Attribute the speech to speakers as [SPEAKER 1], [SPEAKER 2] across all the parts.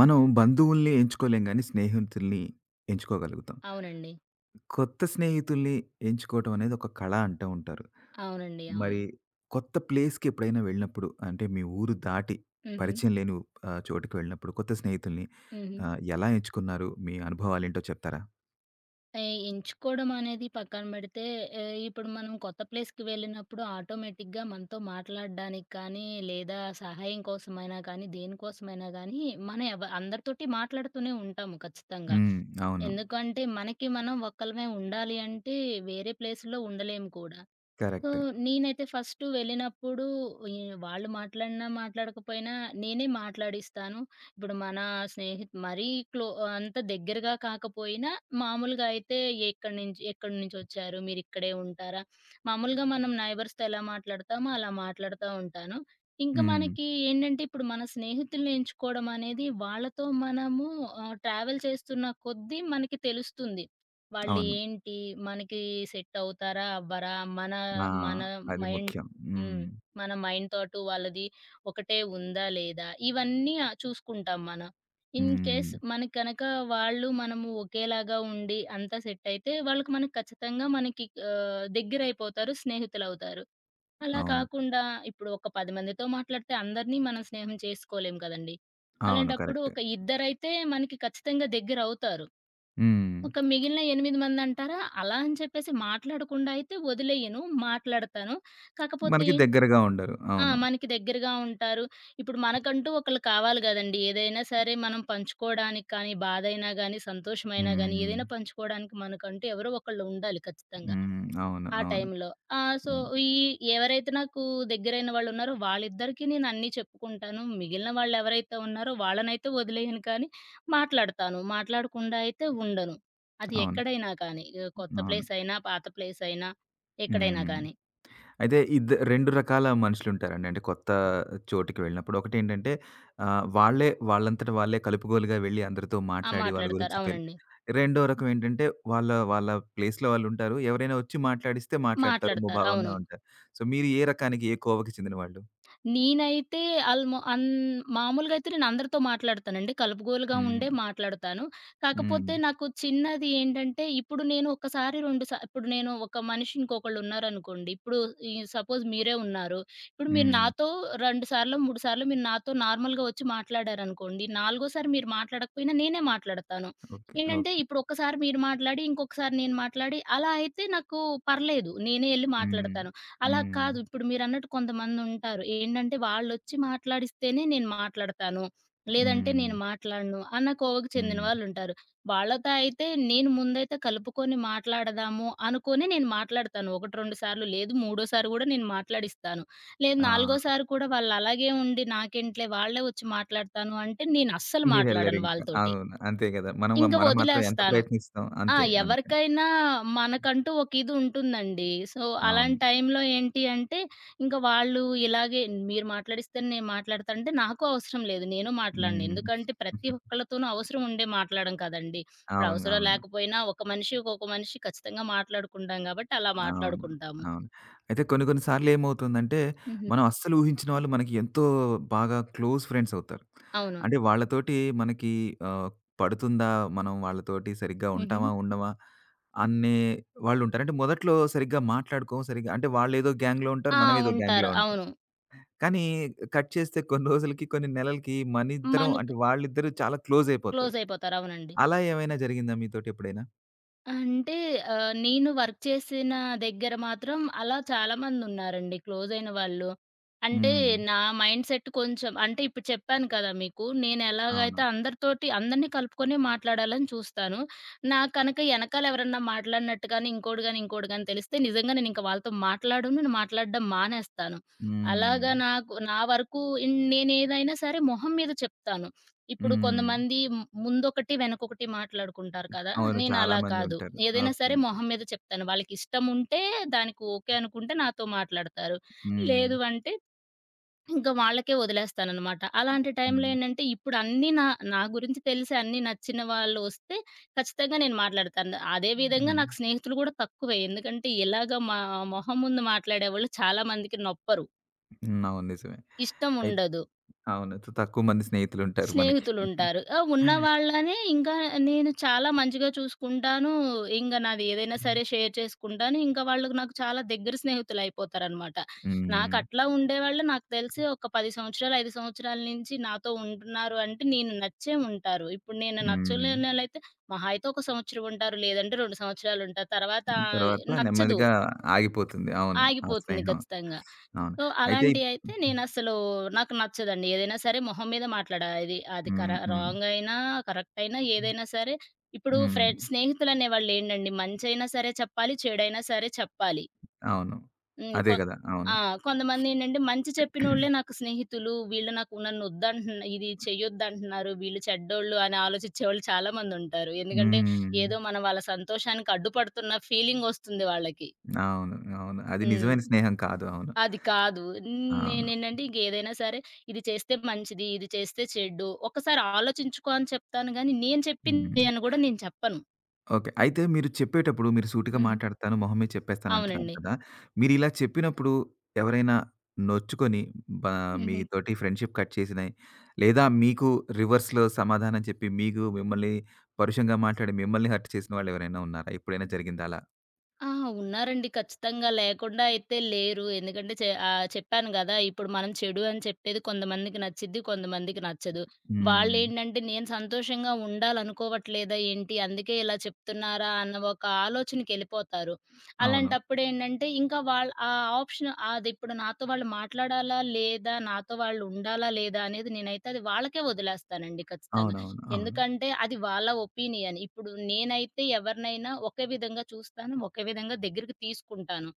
[SPEAKER 1] మనం బంధువుల్ని ఎంచుకోలేం గానీ, స్నేహితుల్ని ఎంచుకోగలుగుతాం.
[SPEAKER 2] అవునండి.
[SPEAKER 1] కొత్త స్నేహితుల్ని ఎంచుకోవటం అనేది ఒక కళ అంటూ ఉంటారు.
[SPEAKER 2] అవునండి.
[SPEAKER 1] మరి
[SPEAKER 2] అవును.
[SPEAKER 1] కొత్త ప్లేస్‌కి ఎప్పుడైనా వెళ్ళినప్పుడు అంటే మీ ఊరు దాటి
[SPEAKER 2] హుహు.
[SPEAKER 1] పరిచయం లేని చోటుకి వెళ్ళినప్పుడు కొత్త స్నేహితుల్ని
[SPEAKER 2] హుహు.
[SPEAKER 1] ఎలా ఎంచుకున్నారు? మీ అనుభవాలేంటో చెప్తారా?
[SPEAKER 2] ఏ ఎంచుకోవడం అనేది పక్కన పెడితే ఇప్పుడు మనం కొత్త ప్లేస్‌కి వెళ్ళినప్పుడు ఆటోమేటిక్‌గా మనతో మాట్లాడడానికి కానీ, లేదా సహాయం కోసమైనా కానీ, దేనికోసమైనా గానీ, మనం అందరితోటి మాట్లాడుతూనే ఉంటాము ఖచ్చితంగా.
[SPEAKER 1] హ్మ్. అవును.
[SPEAKER 2] ఎందుకంటే మనకి మనం ఒక్కలమే ఉండాలి అంటే వేరే ప్లేస్‌లో ఉండలేము కూడా. So,
[SPEAKER 1] correct.
[SPEAKER 2] నేనైతే ఫస్టు వెళ్ళినప్పుడు ఈ వాళ్ళు మాట్లాడినా, మాట్లాడకపోయినా నేనే మాట్లాడిస్తాను. ఇప్పుడు మన స్నేహిత్ మరీ క్లో అంత దగ్గరగా కాకపోయినా మామూలుగా అయితే ఎక్కడి నుంచొచ్చారు? మీరిక్కడే ఉంటారా? మామూలుగా మనం నైబర్స్‌తో ఎలా మాట్లాడతామో అలా మాట్లాడుతా ఉంటాను. ఇంకా
[SPEAKER 1] హ్మ్.
[SPEAKER 2] మనకి ఏంటంటే, ఇప్పుడు మన స్నేహితుల్ని ఎంచుకోవడం అనేది వాళ్ళతో మనము ట్రావెల్ చేస్తున్న కొద్దీ మనకి తెలుస్తుంది. వాళ్ళు
[SPEAKER 1] అవును.
[SPEAKER 2] ఏంటి? మనకి సెట్ అవుతారా? అవ్వరా? మన
[SPEAKER 1] ఆ!
[SPEAKER 2] మన
[SPEAKER 1] అది
[SPEAKER 2] మైండ్
[SPEAKER 1] ముఖ్యం.
[SPEAKER 2] హ్మ్.
[SPEAKER 1] హ్మ్.
[SPEAKER 2] మన మైండ్‌తోటు వాళ్ళది ఒకటే ఉందా? లేదా? ఇవన్నీ చూసుకుంటాం మనం. ఇన్ కేస్
[SPEAKER 1] హ్మ్.
[SPEAKER 2] మనకు గనక వాళ్ళు, మనము ఒకేలాగా ఉండి అంతా సెట్ అయితే వాళ్ళకి మనకి ఖచ్చితంగా మనకి దగ్గరైపోతారు. స్నేహితులవుతారు. అలా
[SPEAKER 1] అవును.
[SPEAKER 2] కాకుండా ఇప్పుడు ఒక 10 మందితో మాట్లాడితే అందరినీ మనం స్నేహం చేసుకోలేం కదండీ!
[SPEAKER 1] అవును.
[SPEAKER 2] అలాంటప్పుడు
[SPEAKER 1] కరెక్ట్.
[SPEAKER 2] ఒక ఇద్దరైతే మనకి ఖచ్చితంగా దగ్గరవుతారు.
[SPEAKER 1] హ్మ్.
[SPEAKER 2] ఒక మిగిలిన 8 మందంటారా? అలా అని చెప్పేసి మాట్లాడకుండా అయితే వదిలేయను. మాట్లాడతాను. కాకపోతే
[SPEAKER 1] మనకి దగ్గరగా ఉండరు.
[SPEAKER 2] ఆ!
[SPEAKER 1] అవును.
[SPEAKER 2] మనకి దగ్గరగా ఉంటారు. ఇప్పుడు మనకంటూ ఒకళ్ళు కావాలి గదండీ! ఏదైనా సరే మనం పంచుకోవడానికి కానీ, బాధైనా గానీ, సంతోషమైనా గానీ,
[SPEAKER 1] హ్మ్.
[SPEAKER 2] ఏదైనా పంచుకోవడానికి మనకంటూ ఎవరో ఒకళ్ళు ఉండాలి ఖచ్చితంగా.
[SPEAKER 1] హ్మ్. అవును.
[SPEAKER 2] ఆ
[SPEAKER 1] అవును.
[SPEAKER 2] టైంలో. ఆ! సో,
[SPEAKER 1] హ్మ్.
[SPEAKER 2] ఈ ఎవరైతే నాకు దగ్గరైన వాళ్ళున్నారో వాళ్ళిద్దరికీ నేనన్నీ చెప్పుకుంటాను. మిగిలిన వాళ్ళెవరైతే ఉన్నారో వాళ్ళనైతే వదిలేయను కానీ, మాట్లాడతాను. మాట్లాడకుండా అయితే ఉండను. అది
[SPEAKER 1] అవును.
[SPEAKER 2] ఎక్కడైనా కానీ. కొత్త
[SPEAKER 1] అవును.
[SPEAKER 2] ప్లేసయినా, పాత ప్లేసయినా ఎక్కడైనా
[SPEAKER 1] హ్మ్.
[SPEAKER 2] గానీ.
[SPEAKER 1] అయితే 2 రకాల మనుషులుంటారండి. అంటే కొత్త చోటికి వెళ్ళినప్పుడు. ఒకటేంటంటే వాళ్ళే వాళ్ళంతట వాళ్ళే కలుపుగోలుగా వెళ్ళి అందరితో
[SPEAKER 2] ఆ!
[SPEAKER 1] మాట్లాడి వాళ్ళ
[SPEAKER 2] మాట్లాడతారు.
[SPEAKER 1] గురించి
[SPEAKER 2] అవునండి.
[SPEAKER 1] రెండో రకం ఏంటంటే వాళ్ళ వాళ్ళ ప్లేస్‌లో వాళ్ళుంటారు. ఎవరైనా వచ్చి మాట్లాడిస్తే మాట్లాడతారు.
[SPEAKER 2] మాట్లాడతారు.
[SPEAKER 1] ముభావంగా
[SPEAKER 2] అవును.
[SPEAKER 1] ఉంటారు. సో, మీరు ఏ రకానికి ఏ కోవకి చెందిన వాళ్ళు?
[SPEAKER 2] నేనైతే ఆల్‌మో అన్ మామూలుగా అయితే నేను అందరితో మాట్లాడతానండి. కలుపుగోలుగా
[SPEAKER 1] హ్మ్.
[SPEAKER 2] ఉండే మాట్లాడతాను.
[SPEAKER 1] హ్మ్.
[SPEAKER 2] కాకపోతే నాకు చిన్నది ఏంటంటే, ఇప్పుడు నేను ఒక్కసారి, 2 సా ఇప్పుడు నేను ఒక మనిషి ఇంకొకళ్ళు ఉన్నారనుకోండి. ఇప్పుడు సపోజ్ మీరే ఉన్నారు. ఇప్పుడు మీరు
[SPEAKER 1] హ్మ్.
[SPEAKER 2] నాతో 2 సార్లో, 3 సార్లో మీరు నాతో నార్మల్‌గా వచ్చి మాట్లాడారనుకోండి. నాలుగోసారి మీరు మాట్లాడకపోయినా నేనే మాట్లాడతాను.
[SPEAKER 1] ఓకే.
[SPEAKER 2] ఏంటంటే,
[SPEAKER 1] ఓకే.
[SPEAKER 2] ఇప్పుడు ఒక్కసారి మీరు మాట్లాడి, ఇంకొకసారి నేను మాట్లాడి అలా అయితే నాకు పర్లేదు. నేనే ఎళ్లి
[SPEAKER 1] హ్మ్.
[SPEAKER 2] మాట్లాడతాను. అలా
[SPEAKER 1] హ్మ్.
[SPEAKER 2] కాదు. ఇప్పుడు మీరన్నట్టు కొంతమందుంటారు. ఏంటంటే వాళ్ళొచ్చి మాట్లాడిస్తేనే నేను మాట్లాడతాను. లేదంటే
[SPEAKER 1] హ్మ్.
[SPEAKER 2] నేను మాట్లాడను అన్న కోవకు చెందిన
[SPEAKER 1] హ్మ్.
[SPEAKER 2] వాళ్ళుంటారు. వాళ్ళతో అయితే నేను ముందైతే కలుపుకొని మాట్లాడదాము అనుకోని నేను మాట్లాడతాను. 1, 2 సార్లు లేదు మూడోసారి గూడా నేను మాట్లాడిస్తాను. లేదు
[SPEAKER 1] ఆ!
[SPEAKER 2] నాలుగోసారి కూడా వాళ్ళలాగే ఉండి నాకేంటిలే వాళ్ళే వచ్చి మాట్లాడతాను అంటే నేనస్సలు మాట్లాడను
[SPEAKER 1] మీరెళ్లరింక.
[SPEAKER 2] వాళ్ళతోటి.
[SPEAKER 1] అవును. అంతే గదా! మనం
[SPEAKER 2] ఇంక
[SPEAKER 1] మనం మాత్రం ఎంత
[SPEAKER 2] వదిలేస్తాను.
[SPEAKER 1] ప్రయత్నిస్తాం.
[SPEAKER 2] ఆ!
[SPEAKER 1] అంతే. అంతే.
[SPEAKER 2] ఎవరికైనా మనకంటూ ఒక ఇది ఉంటుందండి. సో,
[SPEAKER 1] అవును.
[SPEAKER 2] అలాంటి టైంలో ఏంటి అంటే, ఇంక వాళ్ళు ఇలాగే మీరు మాట్లాడిస్తేనే నేను మాట్లాడతా అంటే, నాకు అవసరం లేదు. నేను మాట్లాడను.
[SPEAKER 1] హ్మ్.
[SPEAKER 2] ఎందుకంటే ప్రతి ఒక్కళ్ళతోనూ అవసరం ఉండే మాట్లాడడం కదండీ. ఇప్పుడు
[SPEAKER 1] అవును.
[SPEAKER 2] అవసరం
[SPEAKER 1] అవును.
[SPEAKER 2] లేకపోయినా ఒక మనిషి, ఒక్కొక్క మనిషి ఖచ్చితంగా మాట్లాడుకుంటాం కాబట్టి అలా
[SPEAKER 1] అవును.
[SPEAKER 2] మాట్లాడుకుంటాము.
[SPEAKER 1] అవును. అయితే కొన్ని కొన్ని సార్లు ఏమవుతుందంటే,
[SPEAKER 2] హుహు.
[SPEAKER 1] మనం అస్సలు ఊహించిన వాళ్ళు మనకి ఎంతో బాగా క్లోజ్ ఫ్రెండ్స్ అవుతారు.
[SPEAKER 2] అవును.
[SPEAKER 1] అంటే వాళ్ళతోటి మనకి ఆహ్, పడుతుందా? మనం వాళ్ళతోటి సరిగ్గా
[SPEAKER 2] హుహు.
[SPEAKER 1] ఉంటామా? ఉండమా? అనే వాళ్ళుంటారు. అంటే మొదట్లో సరిగ్గా మాట్లాడుకోము. సరిగ్గా అంటే వాళ్ళేదో గ్యాంగ్‌లో ఉంటారు.
[SPEAKER 2] ఆ!
[SPEAKER 1] మనమేదో గ్యాంగ్‌లో
[SPEAKER 2] ఉంటారు.
[SPEAKER 1] ఉంటాం.
[SPEAKER 2] అవును.
[SPEAKER 1] కానీ కట్ చేస్తే కొన్ని రోజులకి, కొన్ని నెలలకి మనిద్దరం
[SPEAKER 2] మనకు
[SPEAKER 1] అంటే వాళ్ళిద్దరూ చాలా క్లోజయిపోతారు.
[SPEAKER 2] క్లోజ్ అయిపోతారు. అవునండి.
[SPEAKER 1] అలా ఏమైనా జరిగిందా మీతోటెప్పుడైనా?
[SPEAKER 2] అంటే నేను వర్క్ చేసిన దగ్గర మాత్రం అలా చాలామందున్నారండి క్లోజయిన వాళ్ళు. అంటే
[SPEAKER 1] హ్మ్.
[SPEAKER 2] నా మైండ్ సెట్ కొంచెం అంటే ఇప్పుడు చెప్పాను కదా మీకు.
[SPEAKER 1] అవును.
[SPEAKER 2] నేనెలాగైతే అందరితోటి అందరిని కలుపుకొనే మాట్లాడాలని చూస్తాను. నాకు కనుక ఎనకాల ఎవరన్నా మాట్లాడినట్టు గాని, ఇంకోటి గాని, ఇంకోటి గాని తెలిస్తే నిజంగా నేనింక వాళ్ళతో మాట్లాడను. నేను మాట్లాడడం మానేస్తాను.
[SPEAKER 1] హ్మ్.
[SPEAKER 2] అలాగా నాకు నా వరకు నేనేదైనా సరే మొహం మీద చెప్తాను. ఇప్పుడు
[SPEAKER 1] హ్మ్.
[SPEAKER 2] కొంతమంది ముందొకటి, వెనకొకటి మాట్లాడుకుంటారు కదా!
[SPEAKER 1] అవును. చాలా
[SPEAKER 2] నేనలా కాదు.
[SPEAKER 1] మందుంటారు.
[SPEAKER 2] ఏదైనా
[SPEAKER 1] ఓకే.
[SPEAKER 2] సరే మొహం మీద చెప్తాను. వాళ్ళకిష్టముంటే దానికి ఓకే అనుకుంటే నాతో మాట్లాడతారు.
[SPEAKER 1] హ్మ్.
[SPEAKER 2] లేదు అంటే ఇంక వాళ్ళకే వదిలేస్తాననమాట. అలాంటి టైంలో
[SPEAKER 1] హ్మ్.
[SPEAKER 2] ఏంటంటే ఇప్పుడు అన్నీ నా నా గురించి తెలిసి అన్నీ నచ్చిన వాళ్ళు వస్తే ఖచ్చితంగా నేను మాట్లాడతాను. అదే విధంగా
[SPEAKER 1] హ్మ్.
[SPEAKER 2] నాకు స్నేహితులు కూడా తక్కువే. ఎందుకంటే ఇలాగ మా మొహం ముందు మాట్లాడేవాళ్ళు చాలా మందికి నొప్పరు.
[SPEAKER 1] అవును. నిజమే.
[SPEAKER 2] ఇష్టం
[SPEAKER 1] అయి
[SPEAKER 2] ఉండదు.
[SPEAKER 1] అవును. తక్కువ మంది స్నేహితులుంటారు మనకి.
[SPEAKER 2] స్నేహితులుంటారు. ఆ! ఉన్న వాళ్ళనే ఇంకా నేను చాలా మంచిగా చూసుకుంటాను. ఇంగ నాది ఏదైనా సరే షేర్ చేసుకుంటాను. ఇంకా వాళ్ళు నాకు చాలా దగ్గర స్నేహితులయిపోతారనమాట.
[SPEAKER 1] హ్మ్.
[SPEAKER 2] నాకట్లా ఉండేవాళ్ళు నాకు తెలిసి ఒక 10 సంవత్సరాలు, 5 సంవత్సరాల నుంచి నాతో ఉంటున్నారు అంటే నేను నచ్చే ఉంటారు. ఇప్పుడు నేను
[SPEAKER 1] హ్మ్.
[SPEAKER 2] నచ్చలేనోళ్ళైతే మహా అయితే ఒక సంవత్సరం ఉంటారు. లేదంటే 2 సంవత్సరాలుంటారు. తర్వాత ఆ,
[SPEAKER 1] తర్వాత
[SPEAKER 2] నచ్చదు.
[SPEAKER 1] నెమ్మదిగా ఆగిపోతుంది. అవును. ఆ
[SPEAKER 2] ఆగిపోతుంది
[SPEAKER 1] స్నేహం.
[SPEAKER 2] ఖచ్చితంగా.
[SPEAKER 1] అవును.
[SPEAKER 2] సో,
[SPEAKER 1] అయితే
[SPEAKER 2] అలాంటియైతే నేనసలు నాకు నచ్చదండి. ఏదైనా సరే మొహం మీద మాట్లాడా ఇది అది
[SPEAKER 1] హ్మ్. హ్మ్.
[SPEAKER 2] రాంగ్ అయినా, కరెక్ట్ అయినా ఏదైనా సరే ఇప్పుడు
[SPEAKER 1] హ్మ్.
[SPEAKER 2] స్నేహితులనే వాళ్ళేంటండి మంచైనా సరే చెప్పాలి, చెడైనా సరే చెప్పాలి.
[SPEAKER 1] అవును.
[SPEAKER 2] హ్మ్.
[SPEAKER 1] అదే గదా! అవును.
[SPEAKER 2] ఆ! కొంతమందేంటంటే మంచి చెప్పినోళ్ళే నాకు స్నేహితులు, వీళ్ళు నాకు నన్నొద్దంటున్న ఇది చెయ్యొద్దంటున్నారు, వీళ్ళు చెడ్డోళ్ళు అని ఆలోచించేవాళ్ళు చాలా మందుంటారు. ఎందుకంటే
[SPEAKER 1] హ్మ్.
[SPEAKER 2] ఏదో మనం వాళ్ళ సంతోషానికి అడ్డుపడుతున్న ఫీలింగొస్తుంది వాళ్ళకి.
[SPEAKER 1] అవును. అవును. అది
[SPEAKER 2] హ్మ్.
[SPEAKER 1] నిజమైన స్నేహం కాదు. అవును.
[SPEAKER 2] అది కాదు. హ్మ్.
[SPEAKER 1] అవును.
[SPEAKER 2] నేనేంటంటే ఇంకేదైనా సరే ఇది చేస్తే మంచిది, ఇది చేస్తే చెడ్డు. ఒక్కసారి ఆలోచించుకో అని చెప్తాను గానీ, నేను
[SPEAKER 1] హ్మ్.
[SPEAKER 2] చెప్పింది అని గూడా నేను చెప్పను.
[SPEAKER 1] ఓకే. అయితే మీరు చెప్పేటప్పుడు మీరు సూటిగా
[SPEAKER 2] హుహు.
[SPEAKER 1] మాట్లాడతాను, మొహం మీద చెప్పేస్తాను అంటున్నారు
[SPEAKER 2] అవునండి.
[SPEAKER 1] కదా! మీరిలా చెప్పినప్పుడు ఎవరైనా నొచ్చుకొని బ
[SPEAKER 2] హుహు.
[SPEAKER 1] మీతోటి ఫ్రెండ్‌షిప్ కట్ చేసినయి, లేదా మీకు రివర్స్‌లో సమాధానం చెప్పి మీకు మిమ్మల్ని పరుషంగా మాట్లాడి మిమ్మల్ని హర్ట్ చేసిన వాళ్ళెవరైనా ఉన్నారా? ఎప్పుడైనా జరిగిందా అలా?
[SPEAKER 2] ఆ! ఉన్నారండి. ఖచ్చితంగా లేకుండా అయితే లేరు. ఎందుకంటే చెప్పాను గదా! ఇప్పుడు మనం చెడు అని చెప్పేది కొంతమందికి నచ్చిద్ది, కొంతమందికి నచ్చదు.
[SPEAKER 1] హ్మ్.
[SPEAKER 2] వాళ్ళేంటంటే నేను సంతోషంగా ఉండాలనుకోవట్లేదా ఏంటి? అందుకే ఇలా చెప్తున్నారా? అన్న ఒక ఆలోచనకెళ్ళిపోతారు.
[SPEAKER 1] అవును.
[SPEAKER 2] అలాంటప్పుడేంటంటే ఇంకా వాళ్ళ ఆప్షన్ అదిప్పుడు నాతో వాళ్ళు మాట్లాడాలా? లేదా? నాతో వాళ్ళు ఉండాలా? లేదా? అనేది నేనైతే అది వాళ్ళకే వదిలేస్తానండి ఖచ్చితంగా.
[SPEAKER 1] అవునవును. అవును.
[SPEAKER 2] ఎందుకంటే అది వాళ్ళ ఒపీనియన్. ఇప్పుడు నేనైతే ఎవరినైనా ఒకే విధంగా చూస్తాను. ఒకే విధంగా దగ్గరికి తీసుకుంటాను.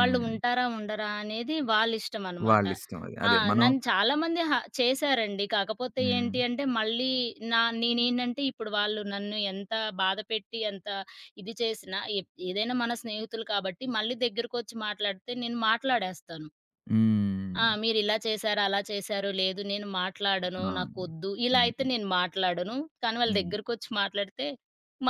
[SPEAKER 2] వాళ్ళు ఉంటారా? ఉండరా? అనేది వాళ్ళిష్టం అనమాట.
[SPEAKER 1] వాళ్ళిష్టం అది.
[SPEAKER 2] ఆ!
[SPEAKER 1] అదే మనం
[SPEAKER 2] నన్ను చాలామంది చేశారండి. కాకపోతే
[SPEAKER 1] హ్మ్.
[SPEAKER 2] ఏంటి అంటే మళ్ళీ నేనేంటంటే ఇప్పుడు వాళ్ళు నన్ను ఎంత బాధపెట్టి, ఎంత ఇది చేసినా ఏదైనా మన స్నేహితులు కాబట్టి మళ్ళీ దగ్గరకొచ్చి మాట్లాడితే నేను మాట్లాడేస్తాను.
[SPEAKER 1] హ్మ్.
[SPEAKER 2] ఆ! మీరిలా చేశారు, అలా చేశారు, లేదు నేను మాట్లాడను,
[SPEAKER 1] అవును.
[SPEAKER 2] నాకొద్దు, ఇలా అయితే
[SPEAKER 1] హ్మ్.
[SPEAKER 2] నేను మాట్లాడను. కానీ వాళ్ళ
[SPEAKER 1] హ్మ్.
[SPEAKER 2] దగ్గరకొచ్చి మాట్లాడితే,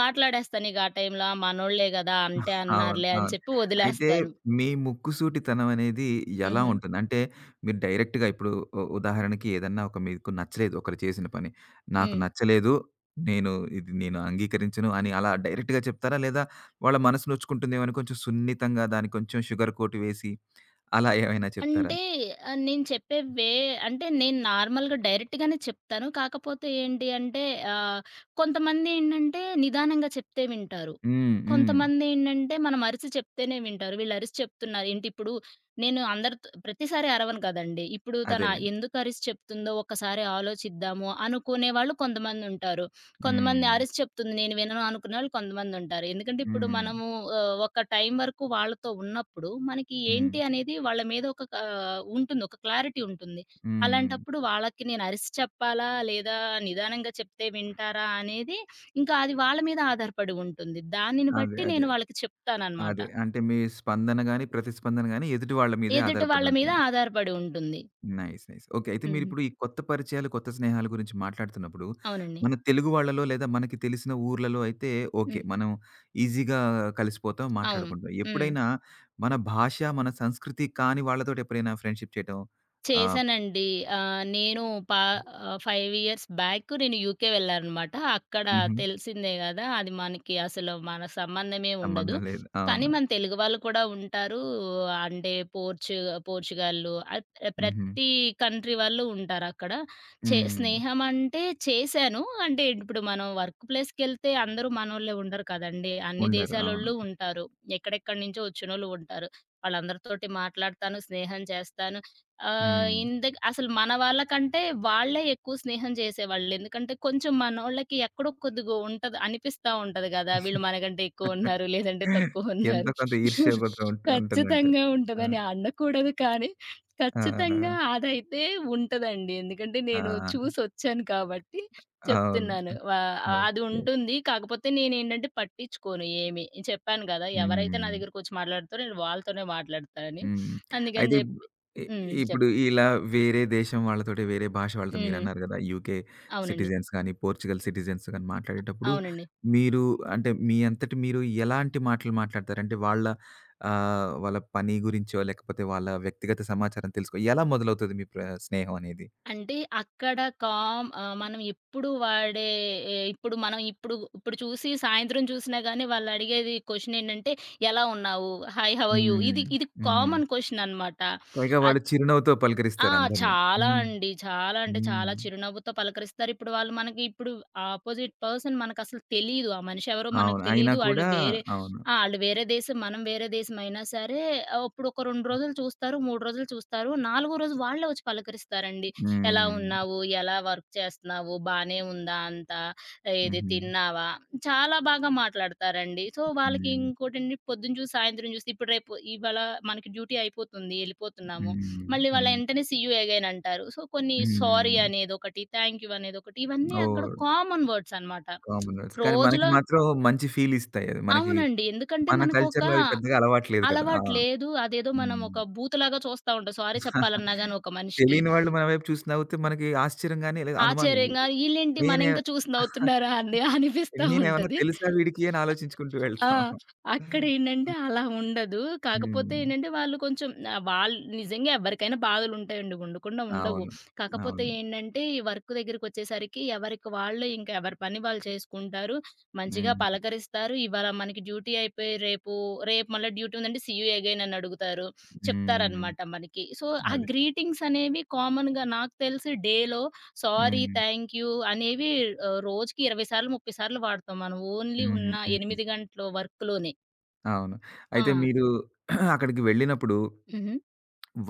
[SPEAKER 2] మాట్లాడేస్తాను ఇక ఆ టైంలో. ఆ! మనోళ్ళే గదా! అంటే
[SPEAKER 1] అవును.
[SPEAKER 2] అన్నారులే అని
[SPEAKER 1] అవును.
[SPEAKER 2] చెప్పి
[SPEAKER 1] అయితే
[SPEAKER 2] వదిలేస్తాను.
[SPEAKER 1] మీ ముక్కుసూటితనం అనేది ఎలా
[SPEAKER 2] హుహు.
[SPEAKER 1] ఉంటుంది? అంటే మీరు డైరెక్ట్‌గా ఇప్పుడు ఉదాహరణకి ఏదన్నా ఒక మీకు నచ్చలేదు ఒకరు చేసిన పని. నాకు
[SPEAKER 2] హ్మ్.
[SPEAKER 1] నచ్చలేదు. నేను ఇది నేను అంగీకరించను అని అలా డైరెక్ట్‌గా చెప్తారా? లేదా వాళ్ళ మనసు నొచ్చుకుంటుందేమో అని కొంచెం సున్నితంగా దానికి కొంచెం షుగర్ కోట్ వేసి అలా ఏమైనా చెప్తారా?
[SPEAKER 2] అంటే ఆహ్, నేను చెప్పే వే అంటే నేను నార్మల్‌గా డైరెక్ట్‌గానే చెప్తాను. కాకపోతే ఏంటి అంటే ఆహ్, కొంతమందేంటంటే నిదానంగా చెప్తే వింటారు.
[SPEAKER 1] హ్మ్. హ్మ్.
[SPEAKER 2] కొంతమందేంటంటే మనం అరిసి చెప్తేనే వింటారు. వీళ్ళు అరిసి చెప్తున్నారు. ఏంటి ఇప్పుడు నేను అందరితో ప్రతిసారి అరవను కదండీ! ఇప్పుడు తను
[SPEAKER 1] అదేలెండి.
[SPEAKER 2] ఎందుకు అరిసి చెప్తుందో ఒక్కసారి ఆలోచిద్దాము అనుకునే వాళ్ళు కొంతమందుంటారు. కొంతమంది
[SPEAKER 1] హ్మ్.
[SPEAKER 2] అరిసి చెప్తుంది నేను వినను అనుకునేవాళ్ళు కొంతమందుంటారు. ఎందుకంటే ఇప్పుడు
[SPEAKER 1] హ్మ్.
[SPEAKER 2] మనము ఒక టైం వరకు వాళ్ళతో ఉన్నప్పుడు మనకి
[SPEAKER 1] హ్మ్.
[SPEAKER 2] ఏంటి అనేది వాళ్ళ మీద ఒక క ఉంటుంది. ఒక క్లారిటీ ఉంటుంది.
[SPEAKER 1] హ్మ్.
[SPEAKER 2] అలాంటప్పుడు వాళ్ళకి నేను అరిసి చెప్పాలా? లేదా నిదానంగా చెప్తే వింటారా? అనేది ఇంకా అది వాళ్ళ మీద ఆధారపడి ఉంటుంది. దానిని
[SPEAKER 1] అదే.
[SPEAKER 2] బట్టి
[SPEAKER 1] అదే.
[SPEAKER 2] నేను వాళ్ళకి చెప్తాననమాట.
[SPEAKER 1] అదే. అంటే మీ స్పందన గాని, ప్రతిస్పందన గాని ఎదుటి వాళ్ళ మీదే
[SPEAKER 2] ఎదుటి
[SPEAKER 1] ఆధారపడి
[SPEAKER 2] వాళ్ళ మీద
[SPEAKER 1] ఉంటుంది.
[SPEAKER 2] ఆధారపడి ఉంటుంది.
[SPEAKER 1] నైస్. నైస్. ఓకే. అయితే
[SPEAKER 2] హుహు.
[SPEAKER 1] మీరిప్పుడు ఈ కొత్త పరిచయాలు, కొత్త స్నేహాల గురించి మాట్లాడుతున్నప్పుడు,
[SPEAKER 2] అవునండి.
[SPEAKER 1] మన తెలుగు వాళ్ళలో లేదా మనకి తెలిసిన ఊర్లలో అయితే ఓకే.
[SPEAKER 2] హ్మ్.
[SPEAKER 1] మనం ఈజీగా కలిసిపోతాం,
[SPEAKER 2] అవును.
[SPEAKER 1] మాట్లాడుకుంటాం.
[SPEAKER 2] హ్మ్.
[SPEAKER 1] ఎప్పుడైనా మన భాష, మన సంస్కృతి కాని వాళ్ళతోటి ఎప్పుడైనా ఫ్రెండ్‌షిప్ చేయటం ఆహ్,
[SPEAKER 2] చేశానండి. ఆహ్, నేను పా ఆహ్, 5 ఇయర్స్ బ్యాక్ నేను యూకే వెళ్ళాననమాట. అక్కడ
[SPEAKER 1] హుహు.
[SPEAKER 2] తెలిసిందే గదా! అది మనకి అసలు మన సంబంధమే ఉండదు.
[SPEAKER 1] సంబంధం లేదు.
[SPEAKER 2] కానీ
[SPEAKER 1] అవును.
[SPEAKER 2] మన తెలుగు వాళ్ళు కూడా ఉంటారు. అంటే పోర్చుగల్లు
[SPEAKER 1] హుహు.
[SPEAKER 2] ప్రతి కంట్రీ వాళ్ళు ఉంటారక్కడ.
[SPEAKER 1] హ్మ్.
[SPEAKER 2] స్నేహం అంటే చేశాను. అంటే ఇప్పుడు మనం వర్క్ ప్లేస్‌కెళ్తే అందరూ మనోళ్ళే ఉండరు కదండీ! అన్ని
[SPEAKER 1] ఉండరు. అవును.
[SPEAKER 2] దేశాలోళ్ళు ఉంటారు. ఎక్కడెక్కడి నుంచో వచ్చినోళ్ళు ఉంటారు. వాళ్ళందరితోటి మాట్లాడతాను, స్నేహం చేస్తాను. ఆహ్,
[SPEAKER 1] హ్మ్.
[SPEAKER 2] ఇందక్ అసలు మన వాళ్ళకంటే వాళ్ళే ఎక్కువ స్నేహం జేసేవాళ్ళు. ఎందుకంటే కొంచెం మనోళ్ళకి ఎక్కడో కొద్దిగో ఉంటది. అనిపిస్తా ఉంటది గదా! వీళ్ళు మనకంటే ఎక్కువున్నారు, లేదంటే
[SPEAKER 1] ఎంతో
[SPEAKER 2] తక్కువున్నారు.
[SPEAKER 1] కొంత ఈర్ష్య ఒకటి ఉంటుందంట.
[SPEAKER 2] ఖచ్చితంగా
[SPEAKER 1] ఆ!
[SPEAKER 2] ఉంటదని అనకూడదు కానీ,
[SPEAKER 1] ఆ!
[SPEAKER 2] ఖచ్చితంగా అదైతే ఉంటదండి. ఎందుకంటే నేను
[SPEAKER 1] ఆ!
[SPEAKER 2] చూసొచ్చాను కాబట్టి
[SPEAKER 1] అవును.
[SPEAKER 2] చెప్తున్నాను. అది
[SPEAKER 1] ఓకే.
[SPEAKER 2] ఉంటుంది. కాకపోతే నేనేంటంటే పట్టించుకోను ఏమి. చెప్పాను గదా! ఎవరైతే నా
[SPEAKER 1] హ్మ్.
[SPEAKER 2] దగ్గరకొచ్చి మాట్లాడతారో నేను వాళ్ళతోనే మాట్లాడతానని.
[SPEAKER 1] హ్మ్.
[SPEAKER 2] అందుకని
[SPEAKER 1] అయితే
[SPEAKER 2] జెప్పి
[SPEAKER 1] ఇ
[SPEAKER 2] హ్మ్.
[SPEAKER 1] ఇప్పుడు
[SPEAKER 2] చెప్పండి.
[SPEAKER 1] ఇలా వేరే దేశం వాళ్ళతోటి, వేరే భాష వాళ్ళతో
[SPEAKER 2] హుహు.
[SPEAKER 1] మీరన్నారు గదా! యూకే
[SPEAKER 2] అవునండి.
[SPEAKER 1] సిటిజన్స్ గానీ, పోర్చుగల్ సిటిజన్స్ గానీ మాట్లాడేటప్పుడు
[SPEAKER 2] అవునండి.
[SPEAKER 1] మీరు అంటే మీ అంతట మీరు ఎలాంటి మాటలు మాట్లాడతారు? అంటే వాళ్ళ వాళ్ళ పని గురించో, లేకపోతే వాళ్ళ వ్యక్తిగత సమాచారం ఎలా మొదలవుతది మీ స్నేహం అనేది?
[SPEAKER 2] అంటే మనం ఎప్పుడు వాడే ఇప్పుడు మనం ఇప్పుడు ఇప్పుడు చూసి సాయంత్రం చూసినా గాని వాళ్ళడిగేది క్వెషన్ ఏంటంటే, "ఎలా ఉన్నావు? Hi how are you?"
[SPEAKER 1] హ్మ్.
[SPEAKER 2] ఇది ఇది
[SPEAKER 1] హ్మ్.
[SPEAKER 2] కామన్ క్వెషన్ అనమాట.
[SPEAKER 1] పైగా వాళ్ళు చిరునవ్వుతో
[SPEAKER 2] ఆ!
[SPEAKER 1] పలకరిస్తారు అందరిని.
[SPEAKER 2] చాలా
[SPEAKER 1] హ్మ్.
[SPEAKER 2] అండి. చాలా అంటే చాలా
[SPEAKER 1] హ్మ్.
[SPEAKER 2] చిరునవ్వుతో పలకరిస్తారు. ఇప్పుడు వాళ్ళు మనకి ఇప్పుడు ఆపోజిట్ పర్సన్ మనకసలు తెలీదు. ఆ మనిషి ఎవరో మనకు
[SPEAKER 1] అవును. అయినా
[SPEAKER 2] తెలీదు. ఆళ్ళు
[SPEAKER 1] కూడా
[SPEAKER 2] వేరే
[SPEAKER 1] అవును.
[SPEAKER 2] ఆ! ఆళ్ళు వేరే దేశం, మనం వేరే దేశం అయినా సరే ఇప్పుడు ఒక 2 రోజులు చూస్తారు, 3 రోజులు చూస్తారు. నాలుగో రోజు వాళ్ళే వచ్చి పలకరిస్తారండి. "ఎలా
[SPEAKER 1] హ్మ్.
[SPEAKER 2] ఉన్నావు? ఎలా వర్క్ చేస్తున్నావు? బానే ఉందా అంతా? ఏది
[SPEAKER 1] హుహు.
[SPEAKER 2] తిన్నావా?" చాలా బాగా మాట్లాడతారండి. సో, వాళ్ళకి
[SPEAKER 1] హ్మ్.
[SPEAKER 2] ఇంకోటండి పొద్దున చూసి, సాయంత్రం చూసి ఇప్పుడు రేపు ఇవాళ మనకి డ్యూటీ అయిపోతుంది. ఎళ్ళిపోతున్నాము.
[SPEAKER 1] హ్మ్.
[SPEAKER 2] మళ్ళీ వాళ్ళ
[SPEAKER 1] హ్మ్.
[SPEAKER 2] ఎంటనే సీ యూ అగైన్ అంటారు. సో, కొన్ని సారీ
[SPEAKER 1] హ్మ్.
[SPEAKER 2] అనేదొకటి, థాంక్ యూ అనేదొకటి ఇవన్నీ అక్కడ
[SPEAKER 1] ఓహ్!
[SPEAKER 2] కామన్ వర్డ్స్ అనమాట.
[SPEAKER 1] Common words. కానీ మనకి
[SPEAKER 2] రోజులో
[SPEAKER 1] మాత్రం మంచి ఫీల్ ఇస్తాయి అవి. మనకి
[SPEAKER 2] అవునండి. ఎందుకంటే
[SPEAKER 1] మన
[SPEAKER 2] మనకొక
[SPEAKER 1] కల్చర్‌లో అవి పెద్దగా అలవాట్లేదు కదా! ఆ!
[SPEAKER 2] అలవాటు లేదు. అదేదో మనం
[SPEAKER 1] హ్మ్.
[SPEAKER 2] ఒక భూతలాగా చూస్తా ఉంటాం. సారీ చెప్పాలన్నా గాని ఒక మనిషికి.
[SPEAKER 1] తెలియని వాళ్ళు మన వైపు చూసి నవ్వితే మనకి ఆశ్చర్యంగాని లేదా అనుమానం
[SPEAKER 2] ఆశ్చర్యంగా ఈళ్ళేంటి
[SPEAKER 1] నేనే
[SPEAKER 2] మనింకా చూసి నవ్వుతున్నారా అండి అనిపిస్తా
[SPEAKER 1] నేనేమన్నా
[SPEAKER 2] ఉంటది.
[SPEAKER 1] తెలుసా వీడికి అని ఆలోచించుకుంటూ
[SPEAKER 2] ఆ!
[SPEAKER 1] వెళ్తాం.
[SPEAKER 2] అక్కడేంటంటే అలా ఉండదు. కాకపోతే
[SPEAKER 1] హ్మ్.
[SPEAKER 2] ఏంటంటే వాళ్ళు కొంచెం వాళ్ళు నిజంగా ఎవరికైనా బాధలుంటాయండి. ఉండకుండా ఉండవు.
[SPEAKER 1] అవును.
[SPEAKER 2] కాకపోతే
[SPEAKER 1] అవును.
[SPEAKER 2] ఏంటంటే ఈ వర్క్ దగ్గరికొచ్చేసరికి ఎవరికి వాళ్ళు ఇంకా ఎవరి పని వాళ్ళు చేసుకుంటారు. మంచిగా
[SPEAKER 1] హ్మ్.
[SPEAKER 2] పలకరిస్తారు. ఇవాళ మనకి డ్యూటీ అయిపోయి రేపు మళ్ళా డ్యూటీ ఉందంటే సీ యూ అగైన్ అని అడుగుతారు.
[SPEAKER 1] హ్మ్.
[SPEAKER 2] చెప్తారనమాట మనకి. సో, ఆ
[SPEAKER 1] అదే.
[SPEAKER 2] గ్రీటింగ్స్ అనేవి కామన్‌గా నాకు తెలిసి డేలో సారీ,
[SPEAKER 1] హ్మ్.
[SPEAKER 2] థాంక్ యూ అనేవి రోజుకి 20 సార్లు, 30 సార్లు వాడతాం మనం. ఓన్లీ
[SPEAKER 1] హ్మ్.
[SPEAKER 2] ఉన్న
[SPEAKER 1] హ్మ్.
[SPEAKER 2] 8 గంటలు వర్క్‌లోనే.
[SPEAKER 1] అవును. అయితే
[SPEAKER 2] ఆ!
[SPEAKER 1] మీరు అక్కడికి వెళ్ళినప్పుడు
[SPEAKER 2] హుహు.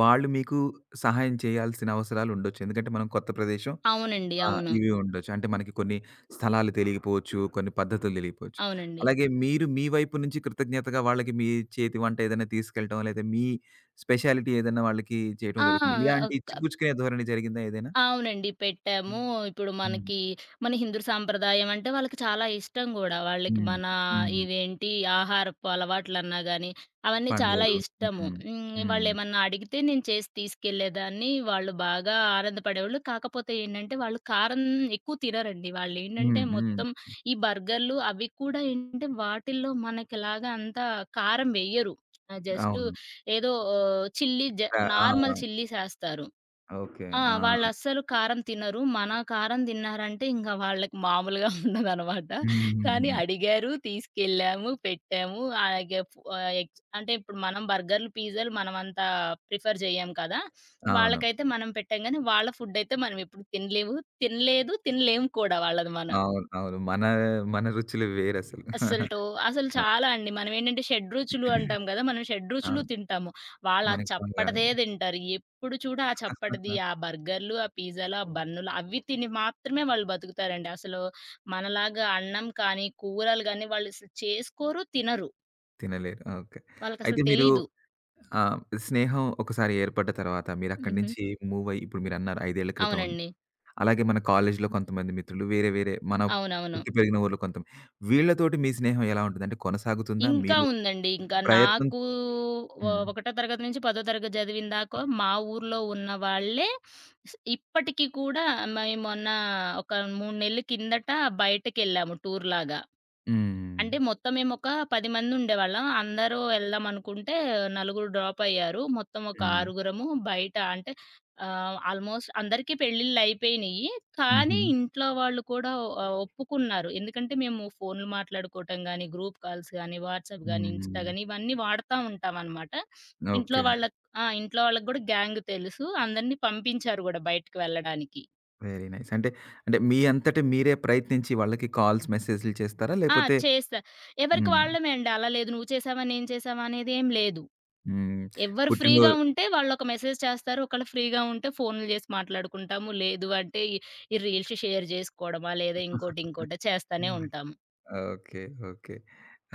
[SPEAKER 1] వాళ్ళు మీకు సహాయం చేయాల్సిన అవసరాలుండొచ్చు. ఎందుకంటే మనం కొత్త ప్రదేశం
[SPEAKER 2] అవునండి.
[SPEAKER 1] ఆ!
[SPEAKER 2] అవును.
[SPEAKER 1] ఇవి ఉండొచ్చు. అంటే మనకి కొన్ని స్థలాలు తెలియకపోవచ్చు, కొన్ని పద్ధతులు తెలియకపోవచ్చు.
[SPEAKER 2] అవునండి.
[SPEAKER 1] అలాగే మీరు మీ వైపు నుంచి కృతజ్ఞతగా వాళ్ళకి మీ చేతి వంట ఏదైనా తీసుకెళ్ళటం, లేదా మీ స్పెషాలిటీ ఏదైనా వాళ్ళకి చేయటం
[SPEAKER 2] ఆ!
[SPEAKER 1] జరుగుతుంది. ఇలాంటి ఇచ్చిపుచ్చుకునే ధోరణి జరిగిందా ఏదైనా?
[SPEAKER 2] అవునండి. పెట్టాము.
[SPEAKER 1] హ్మ్.
[SPEAKER 2] ఇప్పుడు
[SPEAKER 1] హ్మ్.
[SPEAKER 2] మనకి మన హిందూ సాంప్రదాయం అంటే వాళ్ళకి చాలా ఇష్టం గూడా. వాళ్ళకి
[SPEAKER 1] హ్మ్.
[SPEAKER 2] మన
[SPEAKER 1] హ్మ్.
[SPEAKER 2] ఇవేంటి ఆహారపు అలవాట్లన్నా గాని, అవన్నీ చాలా
[SPEAKER 1] పండుగలు.
[SPEAKER 2] ఇష్టము.
[SPEAKER 1] హ్మ్.
[SPEAKER 2] హ్మ్.
[SPEAKER 1] హ్మ్.
[SPEAKER 2] వాళ్ళేమన్నా అడిగితే నేను చేసి తీసుకెళ్ళేదాన్ని. వాళ్ళు బాగా ఆనందపడేవాళ్ళు. కాకపోతే ఏంటంటే, వాళ్ళు కారం ఎక్కువ తినరండి. వాళ్ళేంటంటే,
[SPEAKER 1] హ్మ్. హ్మ్.
[SPEAKER 2] మొత్తం ఈ బర్గర్‌లు అవి కూడా ఏంటంటే, వాటిల్లో మనకిలాగా అంత కారం వెయ్యరు. జస్టు
[SPEAKER 1] అవును.
[SPEAKER 2] ఏదో చిల్లీ జ
[SPEAKER 1] ఆ! ఆ!
[SPEAKER 2] నార్మల్ చిల్లీసేస్తారు.
[SPEAKER 1] ఓకే.
[SPEAKER 2] ఆ!
[SPEAKER 1] ఆ!
[SPEAKER 2] వాళ్ళస్సలు కారం తినరు. మన కారం తిన్నారంటే ఇంక వాళ్ళకి మామూలుగా ఉండదనమాట. కానీ
[SPEAKER 1] హుహుహుహు.
[SPEAKER 2] అడిగారు, తీసుకెళ్ళాము, పెట్టాము. అలాగే ఎగ్స్ అంటే ఇప్పుడు మనం బర్గర్‌లు, పిజ్జాలు మనమంత ప్రిఫర్ జేయం కదా!
[SPEAKER 1] అవును.
[SPEAKER 2] వాళ్ళకైతే మనం పెట్టాం గానీ, వాళ్ళ ఫుడ్ అయితే మనం ఎప్పుడు తినలేవు. తినలేదు, తినలేము కూడా వాళ్ళది మనం.
[SPEAKER 1] అవును. అవును. మన మన రుచులు వేరసలు.
[SPEAKER 2] అస్సలటో అసలు
[SPEAKER 1] ఆ!
[SPEAKER 2] చాలా అండి. మనమేంటంటే షడ్‌రుచులు అంటాం గదా! మనం షడ్‌రుచులు
[SPEAKER 1] అవును.
[SPEAKER 2] తింటాము. వాళ్ళా
[SPEAKER 1] మనకి బాగా
[SPEAKER 2] చప్పటిదే తింటారు. ఎప్పుడు చూడు ఆ చప్పటిది, ఆ బర్గర్‌లు, ఆ పిజ్జాలు, ఆ బన్నులు అవి తిని మాత్రమే వాళ్ళు బతుకుతారండి. అసలు మనలాగా అన్నం కానీ, కూరలు గానీ వాళ్ళసలు చేసుకోరు, తినరు.
[SPEAKER 1] తినలేరు. ఓకే.
[SPEAKER 2] వాళ్ళకసలు
[SPEAKER 1] అయితే మీరు
[SPEAKER 2] తెలీదు.
[SPEAKER 1] ఆహ్, స్నేహం ఒకసారి ఏర్పడ్డ తర్వాత మీరక్కడి
[SPEAKER 2] హుహు.
[SPEAKER 1] నుంచి మూవయ్యి ఇప్పుడు మీరన్నారు 5 ఏళ్ల క్రితం అని.
[SPEAKER 2] అవునండి.
[SPEAKER 1] అలాగే మన కాలేజ్‌లో కొంతమంది మిత్రులు వేరే వేరే మన
[SPEAKER 2] అవునవును.
[SPEAKER 1] పుట్టి పెరిగిన ఊర్లో కొంత వీళ్ళతోటి మీ స్నేహం ఎలా ఉంటది? అంటే కొనసాగుతుందా?
[SPEAKER 2] ఇంకా
[SPEAKER 1] మీరు
[SPEAKER 2] ఉందండి. ఇంకా
[SPEAKER 1] ప్రయత్నం
[SPEAKER 2] నాకు
[SPEAKER 1] హ్మ్.
[SPEAKER 2] ఒకటో తరగతి నుంచి పదో తరగతి చదివిన దాకా మా ఊర్లో ఉన్న వాళ్ళే ఇప్పటికి కూడా మేము మొన్న ఒక 3 నెలల కిందట బయటకెళ్ళాము టూర్‌లాగా.
[SPEAKER 1] హ్మ్.
[SPEAKER 2] అంటే మొత్తం మేమొక 10 మందుండేవాళ్ళం. అందరూ ఎళ్దామనుకుంటే నలుగురు డ్రాపయ్యారు. మొత్తం ఒక
[SPEAKER 1] హ్మ్.
[SPEAKER 2] ఆరుగురము బయట అంటే ఆల్‌మోస్ట్ అందరికీ పెళ్ళిళ్ళయిపోయినియి.
[SPEAKER 1] హుహు.
[SPEAKER 2] కానీ ఇంట్లో వాళ్ళు కూడా ఒప్పుకున్నారు. ఎందుకంటే మేము ఫోన్లు మాట్లాడుకోవటం గానీ, గ్రూప్ కాల్స్ గానీ, వాట్సాప్ గానీ, ఇన్‌స్టా
[SPEAKER 1] హ్మ్.
[SPEAKER 2] గానీ ఇవన్నీ వాడతా ఉంటామనమాట. ఇంట్లో
[SPEAKER 1] ఓకే.
[SPEAKER 2] వాళ్ళకి ఆ! ఇంట్లో వాళ్ళకి గూడా గ్యాంగ్ తెలుసు. అందరిని పంపించారు గూడా బయటికి వెళ్ళడానికి.
[SPEAKER 1] Very nice. అంటే, అంటే మీ అంతట మీరే ప్రయత్నించి వాళ్ళకి కాల్స్, మెసేజ్‌లు చేస్తారా?
[SPEAKER 2] ఆ!
[SPEAKER 1] లేపోతే
[SPEAKER 2] చేస్తా ఎవరికి
[SPEAKER 1] హ్మ్.
[SPEAKER 2] వాళ్ళమే అండి. అలా లేదు నువ్వు చేసావా, నేను చేసావా అనేదేం లేదు.
[SPEAKER 1] హ్మ్.
[SPEAKER 2] ఎవ్వరు
[SPEAKER 1] పుట్టినరో
[SPEAKER 2] ఫ్రీగా ఉంటే వాళ్ళొక మెసేజ్ చేస్తారు. ఒకళ్ళు ఫ్రీగా ఉంటే ఫోన్‌లు చేసి మాట్లాడుకుంటాము. లేదు అంటే ఈ ఈ రీల్స్ షేర్ చేసుకోవడమా లేదా ఇంకోటి ఇంకోటో చేస్తానే ఉంటాము.
[SPEAKER 1] ఓకే. ఓకే.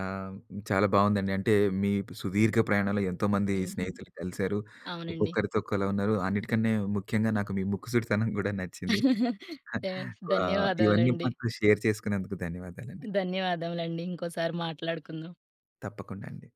[SPEAKER 1] ఆహ్, చాలా బావుందండి. అంటే మీ సుదీర్ఘ ప్రయాణంలో ఎంతోమంది
[SPEAKER 2] హుహు.
[SPEAKER 1] స్నేహితులు కలిసారు.
[SPEAKER 2] అవునండి.
[SPEAKER 1] ఒక్కొక్కరితో ఒకలా ఉన్నారు. అన్నిటికన్నా ముఖ్యంగా నాకు మీ ముక్కుసూటితనం గూడా నచ్చింది.
[SPEAKER 2] యాహ్!
[SPEAKER 1] ఇవన్నీ
[SPEAKER 2] ధన్యవాదాలండి.
[SPEAKER 1] మాతో షేర్ చేసుకున్నందుకు ధన్యవాదాలండి.
[SPEAKER 2] ధన్యవాదములండి. ఇంకోసారి మాట్లాడుకుందాం.
[SPEAKER 1] తప్పకుండా అండి.